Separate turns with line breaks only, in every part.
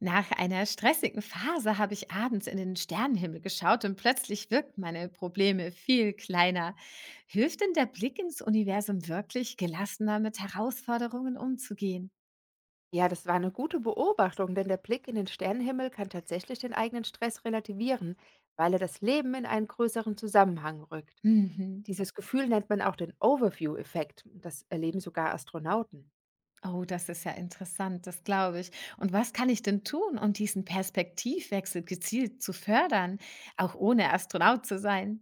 Nach einer stressigen Phase habe ich abends in den Sternenhimmel geschaut und plötzlich wirken meine Probleme viel kleiner. Hilft denn der Blick ins Universum wirklich, gelassener mit Herausforderungen umzugehen?
Ja, das war eine gute Beobachtung, denn der Blick in den Sternenhimmel kann tatsächlich den eigenen Stress relativieren, weil er das Leben in einen größeren Zusammenhang rückt.
Mhm.
Dieses Gefühl nennt man auch den Overview-Effekt. Das erleben sogar Astronauten.
Oh, das ist ja interessant, das glaube ich. Und was kann ich denn tun, um diesen Perspektivwechsel gezielt zu fördern, auch ohne Astronaut zu sein?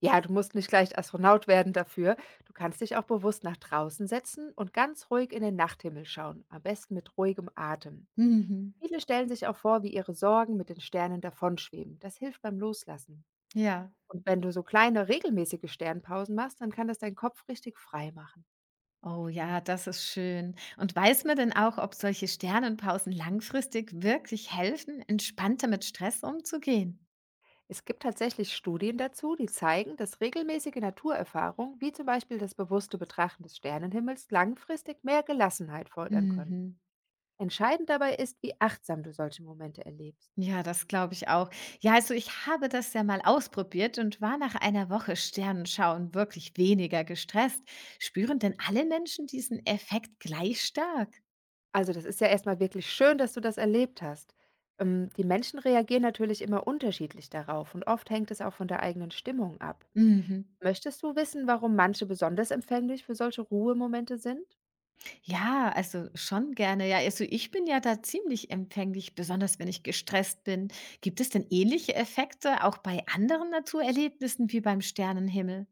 Ja, du musst nicht gleich Astronaut werden dafür. Du kannst dich auch bewusst nach draußen setzen und ganz ruhig in den Nachthimmel schauen, am besten mit ruhigem Atem.
Mhm.
Viele stellen sich auch vor, wie ihre Sorgen mit den Sternen davonschweben. Das hilft beim Loslassen.
Ja.
Und wenn du so kleine regelmäßige Sternpausen machst, dann kann das deinen Kopf richtig frei machen.
Oh ja, das ist schön. Und weiß man denn auch, ob solche Sternenpausen langfristig wirklich helfen, entspannter mit Stress umzugehen?
Es gibt tatsächlich Studien dazu, die zeigen, dass regelmäßige Naturerfahrungen, wie zum Beispiel das bewusste Betrachten des Sternenhimmels, langfristig mehr Gelassenheit fördern können.
Mhm.
Entscheidend dabei ist, wie achtsam du solche Momente erlebst.
Ja, das glaube ich auch. Ja, also ich habe das ja mal ausprobiert und war nach einer Woche Sternenschauen wirklich weniger gestresst. Spüren denn alle Menschen diesen Effekt gleich stark?
Also das ist ja erstmal wirklich schön, dass du das erlebt hast. Die Menschen reagieren natürlich immer unterschiedlich darauf und oft hängt es auch von der eigenen Stimmung ab.
Mhm.
Möchtest du wissen, warum manche besonders empfänglich für solche Ruhemomente sind?
Ja, also schon gerne. Ja, also ich bin ja da ziemlich empfänglich, besonders wenn ich gestresst bin. Gibt es denn ähnliche Effekte auch bei anderen Naturerlebnissen wie beim Sternenhimmel?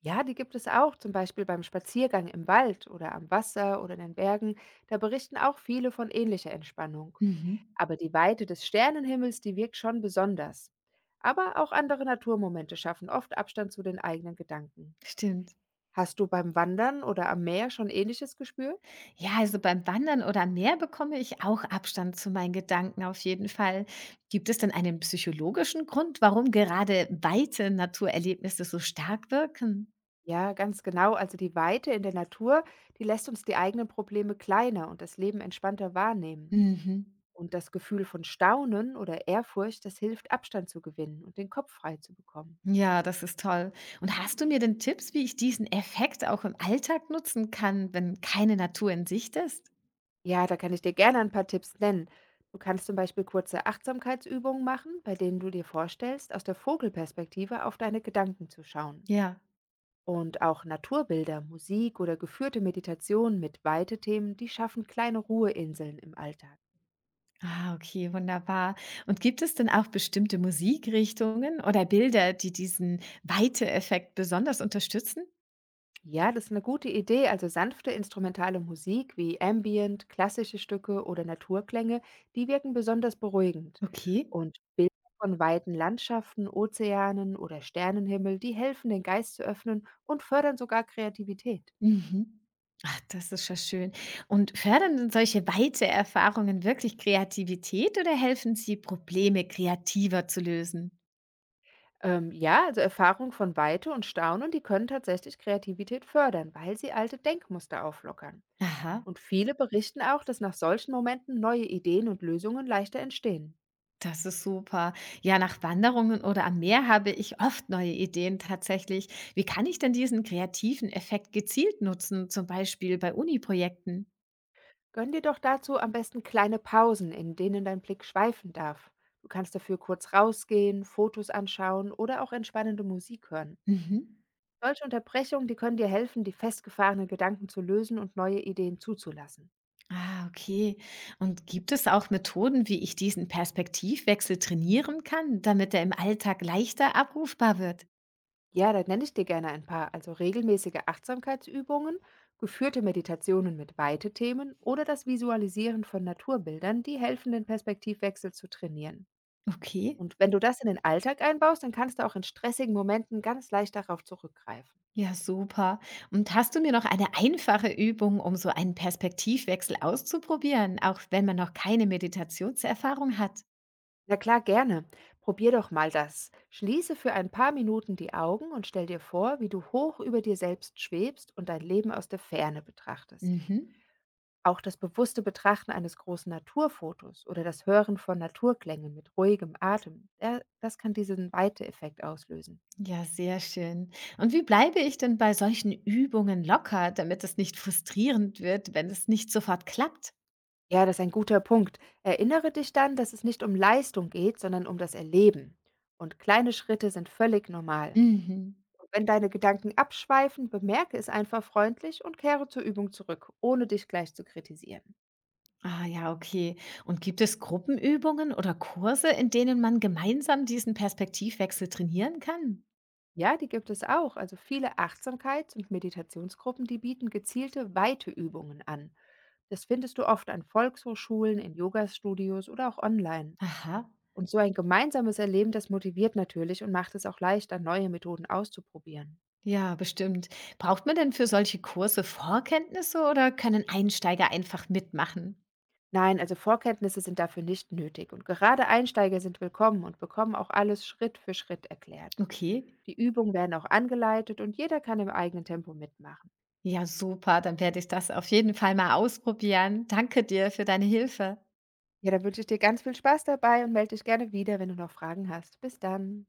Ja, die gibt es auch, zum Beispiel beim Spaziergang im Wald oder am Wasser oder in den Bergen. Da berichten auch viele von ähnlicher Entspannung.
Mhm.
Aber die Weite des Sternenhimmels, die wirkt schon besonders. Aber auch andere Naturmomente schaffen oft Abstand zu den eigenen Gedanken.
Stimmt.
Hast du beim Wandern oder am Meer schon Ähnliches gespürt?
Ja, also beim Wandern oder am Meer bekomme ich auch Abstand zu meinen Gedanken auf jeden Fall. Gibt es denn einen psychologischen Grund, warum gerade weite Naturerlebnisse so stark wirken?
Ja, ganz genau. Also die Weite in der Natur, die lässt uns die eigenen Probleme kleiner und das Leben entspannter wahrnehmen.
Mhm.
Und das Gefühl von Staunen oder Ehrfurcht, das hilft, Abstand zu gewinnen und den Kopf frei zu bekommen.
Ja, das ist toll. Und hast du mir denn Tipps, wie ich diesen Effekt auch im Alltag nutzen kann, wenn keine Natur in Sicht ist?
Ja, da kann ich dir gerne ein paar Tipps nennen. Du kannst zum Beispiel kurze Achtsamkeitsübungen machen, bei denen du dir vorstellst, aus der Vogelperspektive auf deine Gedanken zu schauen.
Ja.
Und auch Naturbilder, Musik oder geführte Meditationen mit Weite-Themen, die schaffen kleine Ruheinseln im Alltag.
Ah, okay, wunderbar. Und gibt es denn auch bestimmte Musikrichtungen oder Bilder, die diesen Weite-Effekt besonders unterstützen?
Ja, das ist eine gute Idee. Also sanfte instrumentale Musik wie Ambient, klassische Stücke oder Naturklänge, die wirken besonders beruhigend.
Okay.
Und Bilder von weiten Landschaften, Ozeanen oder Sternenhimmel, die helfen, den Geist zu öffnen und fördern sogar Kreativität.
Mhm. Ach, das ist ja schön. Und fördern denn solche weite Erfahrungen wirklich Kreativität oder helfen sie, Probleme kreativer zu lösen?
Ja, also Erfahrung von Weite und Staunen, die können tatsächlich Kreativität fördern, weil sie alte Denkmuster auflockern.
Aha.
Und viele berichten auch, dass nach solchen Momenten neue Ideen und Lösungen leichter entstehen.
Das ist super. Ja, nach Wanderungen oder am Meer habe ich oft neue Ideen tatsächlich. Wie kann ich denn diesen kreativen Effekt gezielt nutzen, zum Beispiel bei Uni-Projekten?
Gönn dir doch dazu am besten kleine Pausen, in denen dein Blick schweifen darf. Du kannst dafür kurz rausgehen, Fotos anschauen oder auch entspannende Musik hören.
Mhm.
Solche Unterbrechungen, die können dir helfen, die festgefahrenen Gedanken zu lösen und neue Ideen zuzulassen.
Ah, okay. Und gibt es auch Methoden, wie ich diesen Perspektivwechsel trainieren kann, damit er im Alltag leichter abrufbar wird?
Ja, da nenne ich dir gerne ein paar, also regelmäßige Achtsamkeitsübungen, geführte Meditationen mit Weite-Themen oder das Visualisieren von Naturbildern, die helfen, den Perspektivwechsel zu trainieren.
Okay.
Und wenn du das in den Alltag einbaust, dann kannst du auch in stressigen Momenten ganz leicht darauf zurückgreifen.
Ja, super. Und hast du mir noch eine einfache Übung, um so einen Perspektivwechsel auszuprobieren, auch wenn man noch keine Meditationserfahrung hat?
Na klar, gerne. Probier doch mal das. Schließe für ein paar Minuten die Augen und stell dir vor, wie du hoch über dir selbst schwebst und dein Leben aus der Ferne betrachtest.
Mhm.
Auch das bewusste Betrachten eines großen Naturfotos oder das Hören von Naturklängen mit ruhigem Atem, das kann diesen Weite-Effekt auslösen.
Ja, sehr schön. Und wie bleibe ich denn bei solchen Übungen locker, damit es nicht frustrierend wird, wenn es nicht sofort klappt?
Ja, das ist ein guter Punkt. Erinnere dich dann, dass es nicht um Leistung geht, sondern um das Erleben. Und kleine Schritte sind völlig normal.
Mhm.
Wenn deine Gedanken abschweifen, bemerke es einfach freundlich und kehre zur Übung zurück, ohne dich gleich zu kritisieren.
Ah ja, okay. Und gibt es Gruppenübungen oder Kurse, in denen man gemeinsam diesen Perspektivwechsel trainieren kann?
Ja, die gibt es auch. Also viele Achtsamkeits- und Meditationsgruppen, die bieten gezielte, weite Übungen an. Das findest du oft an Volkshochschulen, in Yogastudios oder auch online.
Aha.
Und so ein gemeinsames Erleben, das motiviert natürlich und macht es auch leichter, neue Methoden auszuprobieren.
Ja, bestimmt. Braucht man denn für solche Kurse Vorkenntnisse oder können Einsteiger einfach mitmachen?
Nein, also Vorkenntnisse sind dafür nicht nötig und gerade Einsteiger sind willkommen und bekommen auch alles Schritt für Schritt erklärt.
Okay.
Die Übungen werden auch angeleitet und jeder kann im eigenen Tempo mitmachen.
Ja, super. Dann werde ich das auf jeden Fall mal ausprobieren. Danke dir für deine Hilfe.
Ja, da wünsche ich dir ganz viel Spaß dabei und melde dich gerne wieder, wenn du noch Fragen hast. Bis dann.